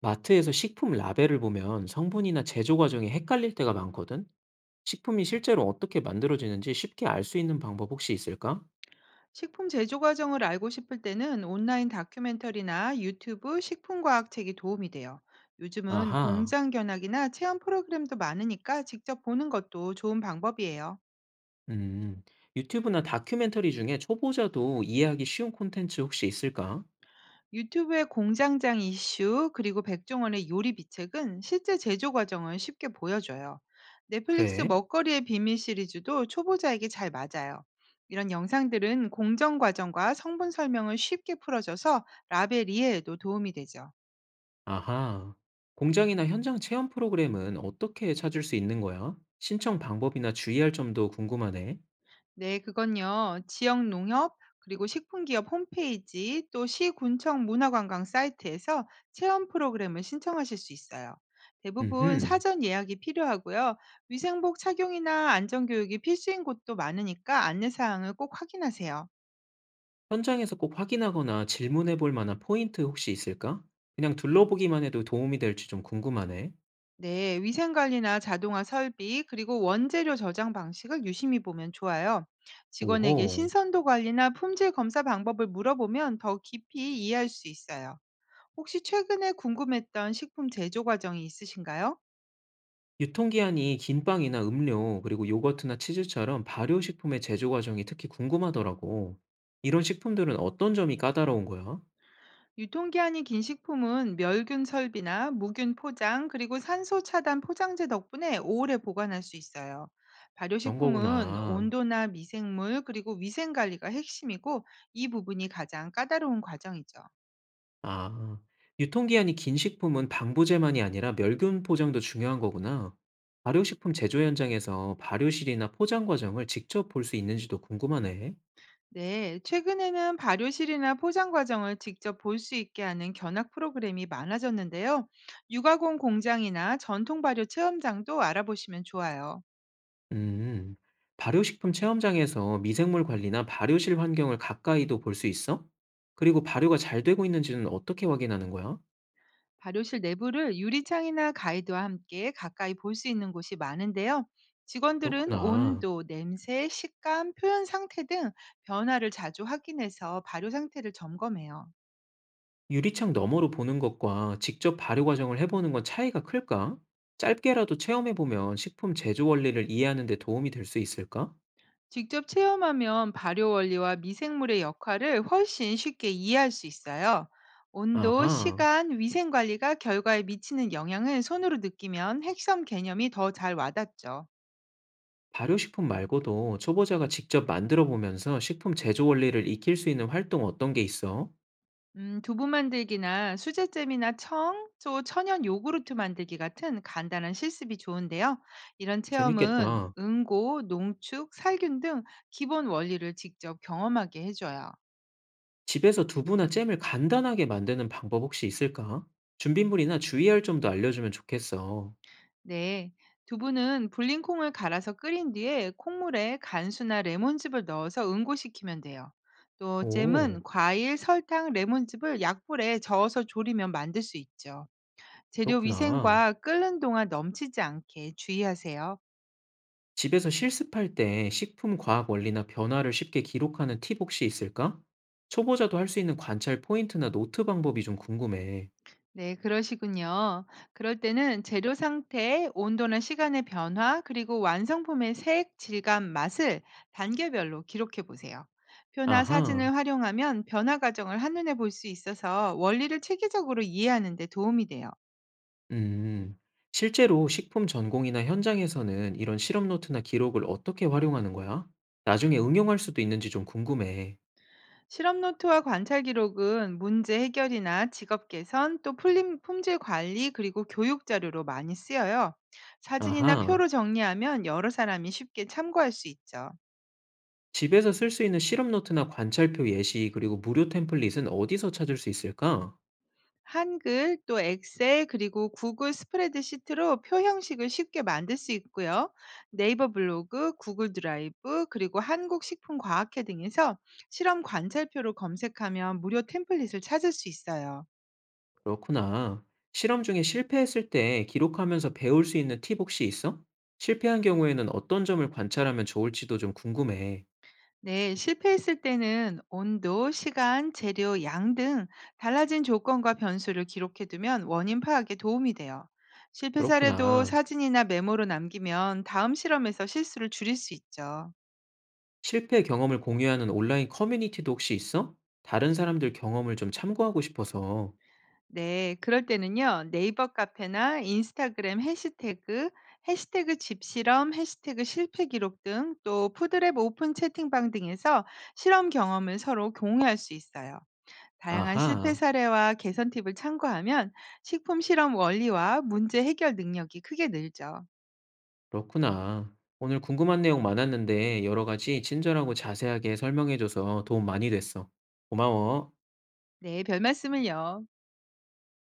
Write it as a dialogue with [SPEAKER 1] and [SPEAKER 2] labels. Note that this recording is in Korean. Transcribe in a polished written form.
[SPEAKER 1] 마트에서 식품 라벨을 보면 성분이나 제조 과정이 헷갈릴 때가 많거든? 식품이 실제로 어떻게 만들어지는지 쉽게 알 수 있는 방법 혹시 있을까?
[SPEAKER 2] 식품 제조 과정을 알고 싶을 때는 온라인 다큐멘터리나 유튜브 식품과학 책이 도움이 돼요. 요즘은
[SPEAKER 1] 아하,
[SPEAKER 2] 공장 견학이나 체험 프로그램도 많으니까 직접 보는 것도 좋은 방법이에요.
[SPEAKER 1] 음, 유튜브나 다큐멘터리 중에 초보자도 이해하기 쉬운 콘텐츠 혹시 있을까?
[SPEAKER 2] 유튜브의 공장장 이슈 그리고 백종원의 요리 비책은 실제 제조 과정을 쉽게 보여줘요. 넷플릭스
[SPEAKER 1] 그래,
[SPEAKER 2] 먹거리의 비밀 시리즈도 초보자에게 잘 맞아요. 이런 영상들은 공정 과정과 성분 설명을 쉽게 풀어줘서 라벨 이해에도 도움이 되죠.
[SPEAKER 1] 아하. 공장이나 현장 체험 프로그램은 어떻게 찾을 수 있는 거야? 신청 방법이나 주의할 점도 궁금하네.
[SPEAKER 2] 네, 그건요. 지역 농협 그리고 식품기업 홈페이지 또 시군청 문화관광 사이트에서 체험 프로그램을 신청하실 수 있어요. 대부분
[SPEAKER 1] 음흠.
[SPEAKER 2] 사전 예약이 필요하고요. 위생복 착용이나 안전교육이 필수인 곳도 많으니까 안내사항을 꼭 확인하세요.
[SPEAKER 1] 현장에서 꼭 확인하거나 질문해 볼 만한 포인트 혹시 있을까? 그냥 둘러보기만 해도 도움이 될지 좀 궁금하네.
[SPEAKER 2] 네, 위생관리나 자동화 설비 그리고 원재료 저장 방식을 유심히 보면 좋아요. 직원에게
[SPEAKER 1] 오호.
[SPEAKER 2] 신선도 관리나 품질 검사 방법을 물어보면 더 깊이 이해할 수 있어요. 혹시 최근에 궁금했던 식품 제조 과정이 있으신가요?
[SPEAKER 1] 유통기한이 긴 빵이나 음료, 그리고 요거트나 치즈처럼 발효식품의 제조 과정이 특히 궁금하더라고. 이런 식품들은 어떤 점이 까다로운 거야?
[SPEAKER 2] 유통기한이 긴 식품은 멸균 설비나 무균 포장, 그리고 산소 차단 포장재 덕분에 오래 보관할 수 있어요.
[SPEAKER 1] 그런
[SPEAKER 2] 발효식품은
[SPEAKER 1] 거구나.
[SPEAKER 2] 온도나 미생물, 그리고 위생 관리가 핵심이고, 이 부분이 가장 까다로운 과정이죠.
[SPEAKER 1] 아, 유통기한이 긴 식품은 방부제만이 아니라 멸균 포장도 중요한 거구나. 발효식품 제조 현장에서 발효실이나 포장 과정을 직접 볼 수 있는지도 궁금하네.
[SPEAKER 2] 네, 최근에는 발효실이나 포장 과정을 직접 볼 수 있게 하는 견학 프로그램이 많아졌는데요. 육아공 공장이나 전통 발효 체험장도 알아보시면 좋아요.
[SPEAKER 1] 음, 발효식품 체험장에서 미생물 관리나 발효실 환경을 가까이도 볼 수 있어? 그리고 발효가 잘 되고 있는지는 어떻게 확인하는 거야?
[SPEAKER 2] 발효실 내부를 유리창이나 가이드와 함께 가까이 볼 수 있는 곳이 많은데요. 직원들은
[SPEAKER 1] 그렇구나.
[SPEAKER 2] 온도, 냄새, 식감, 표현 상태 등 변화를 자주 확인해서 발효 상태를 점검해요.
[SPEAKER 1] 유리창 너머로 보는 것과 직접 발효 과정을 해보는 건 차이가 클까? 짧게라도 체험해보면 식품 제조 원리를 이해하는 데 도움이 될 수 있을까?
[SPEAKER 2] 직접 체험하면 발효 원리와 미생물의 역할을 훨씬 쉽게 이해할 수 있어요. 온도,
[SPEAKER 1] 아하,
[SPEAKER 2] 시간, 위생 관리가 결과에 미치는 영향을 손으로 느끼면 핵심 개념이 더 잘 와닿죠.
[SPEAKER 1] 발효식품 말고도 초보자가 직접 만들어 보면서 식품 제조 원리를 익힐 수 있는 활동 어떤 게 있어?
[SPEAKER 2] 두부 만들기나 수제잼이나 청, 또 천연 요구르트 만들기 같은 간단한 실습이 좋은데요. 이런 체험은
[SPEAKER 1] 재밌겠다.
[SPEAKER 2] 응고, 농축, 살균 등 기본 원리를 직접 경험하게 해줘요.
[SPEAKER 1] 집에서 두부나 잼을 간단하게 만드는 방법 혹시 있을까? 준비물이나 주의할 점도 알려주면 좋겠어.
[SPEAKER 2] 네. 두부는 불린 콩을 갈아서 끓인 뒤에 콩물에 간수나 레몬즙을 넣어서 응고시키면 돼요. 또
[SPEAKER 1] 오,
[SPEAKER 2] 잼은 과일, 설탕, 레몬즙을 약불에 저어서 졸이면 만들 수 있죠. 재료
[SPEAKER 1] 그렇구나.
[SPEAKER 2] 위생과 끓는 동안 넘치지 않게 주의하세요.
[SPEAKER 1] 집에서 실습할 때 식품 과학 원리나 변화를 쉽게 기록하는 팁 혹시 있을까? 초보자도 할 수 있는 관찰 포인트나 노트 방법이 좀 궁금해.
[SPEAKER 2] 네, 그러시군요. 그럴 때는 재료 상태, 온도나 시간의 변화, 그리고 완성품의 색, 질감, 맛을 단계별로 기록해 보세요. 표나
[SPEAKER 1] 아하,
[SPEAKER 2] 사진을 활용하면 변화 과정을 한눈에 볼 수 있어서 원리를 체계적으로 이해하는 데 도움이 돼요.
[SPEAKER 1] 음. 실제로 식품 전공이나 현장에서는 이런 실험 노트나 기록을 어떻게 활용하는 거야? 나중에 응용할 수도 있는지 좀 궁금해.
[SPEAKER 2] 실험 노트와 관찰 기록은 문제 해결이나 직업 개선, 또 품질 관리, 그리고 교육 자료로 많이 쓰여요. 사진이나
[SPEAKER 1] 아하.
[SPEAKER 2] 표로 정리하면 여러 사람이 쉽게 참고할 수 있죠.
[SPEAKER 1] 집에서 쓸 수 있는 실험 노트나 관찰표 예시, 그리고 무료 템플릿은 어디서 찾을 수 있을까?
[SPEAKER 2] 한글 또 엑셀 그리고 구글 스프레드시트로 표 형식을 쉽게 만들 수 있고요. 네이버 블로그, 구글 드라이브 그리고 한국식품과학회 등에서 실험 관찰표로 검색하면 무료 템플릿을 찾을 수 있어요.
[SPEAKER 1] 그렇구나. 실험 중에 실패했을 때 기록하면서 배울 수 있는 팁 혹시 있어? 실패한 경우에는 어떤 점을 관찰하면 좋을지도 좀 궁금해.
[SPEAKER 2] 네, 실패했을 때는 온도, 시간, 재료, 양 등 달라진 조건과 변수를 기록해 두면 원인 파악에 도움이 돼요. 실패 사례도
[SPEAKER 1] 그렇구나.
[SPEAKER 2] 사진이나 메모로 남기면 다음 실험에서 실수를 줄일 수 있죠.
[SPEAKER 1] 실패 경험을 공유하는 온라인 커뮤니티도 혹시 있어? 다른 사람들 경험을 좀 참고하고 싶어서.
[SPEAKER 2] 네, 그럴 때는요. 네이버 카페나 인스타그램 해시태그, 해시태그 집실험, 해시태그 실패 기록 등 또 푸드랩 오픈 채팅방 등에서 실험 경험을 서로 공유할 수 있어요. 다양한 실패
[SPEAKER 1] 아하,
[SPEAKER 2] 사례와 개선 팁을 참고하면 식품 실험 원리와 문제 해결 능력이 크게 늘죠.
[SPEAKER 1] 그렇구나. 오늘 궁금한 내용 많았는데 여러 가지 친절하고 자세하게 설명해줘서 도움 많이 됐어. 고마워.
[SPEAKER 2] 네, 별 말씀을요.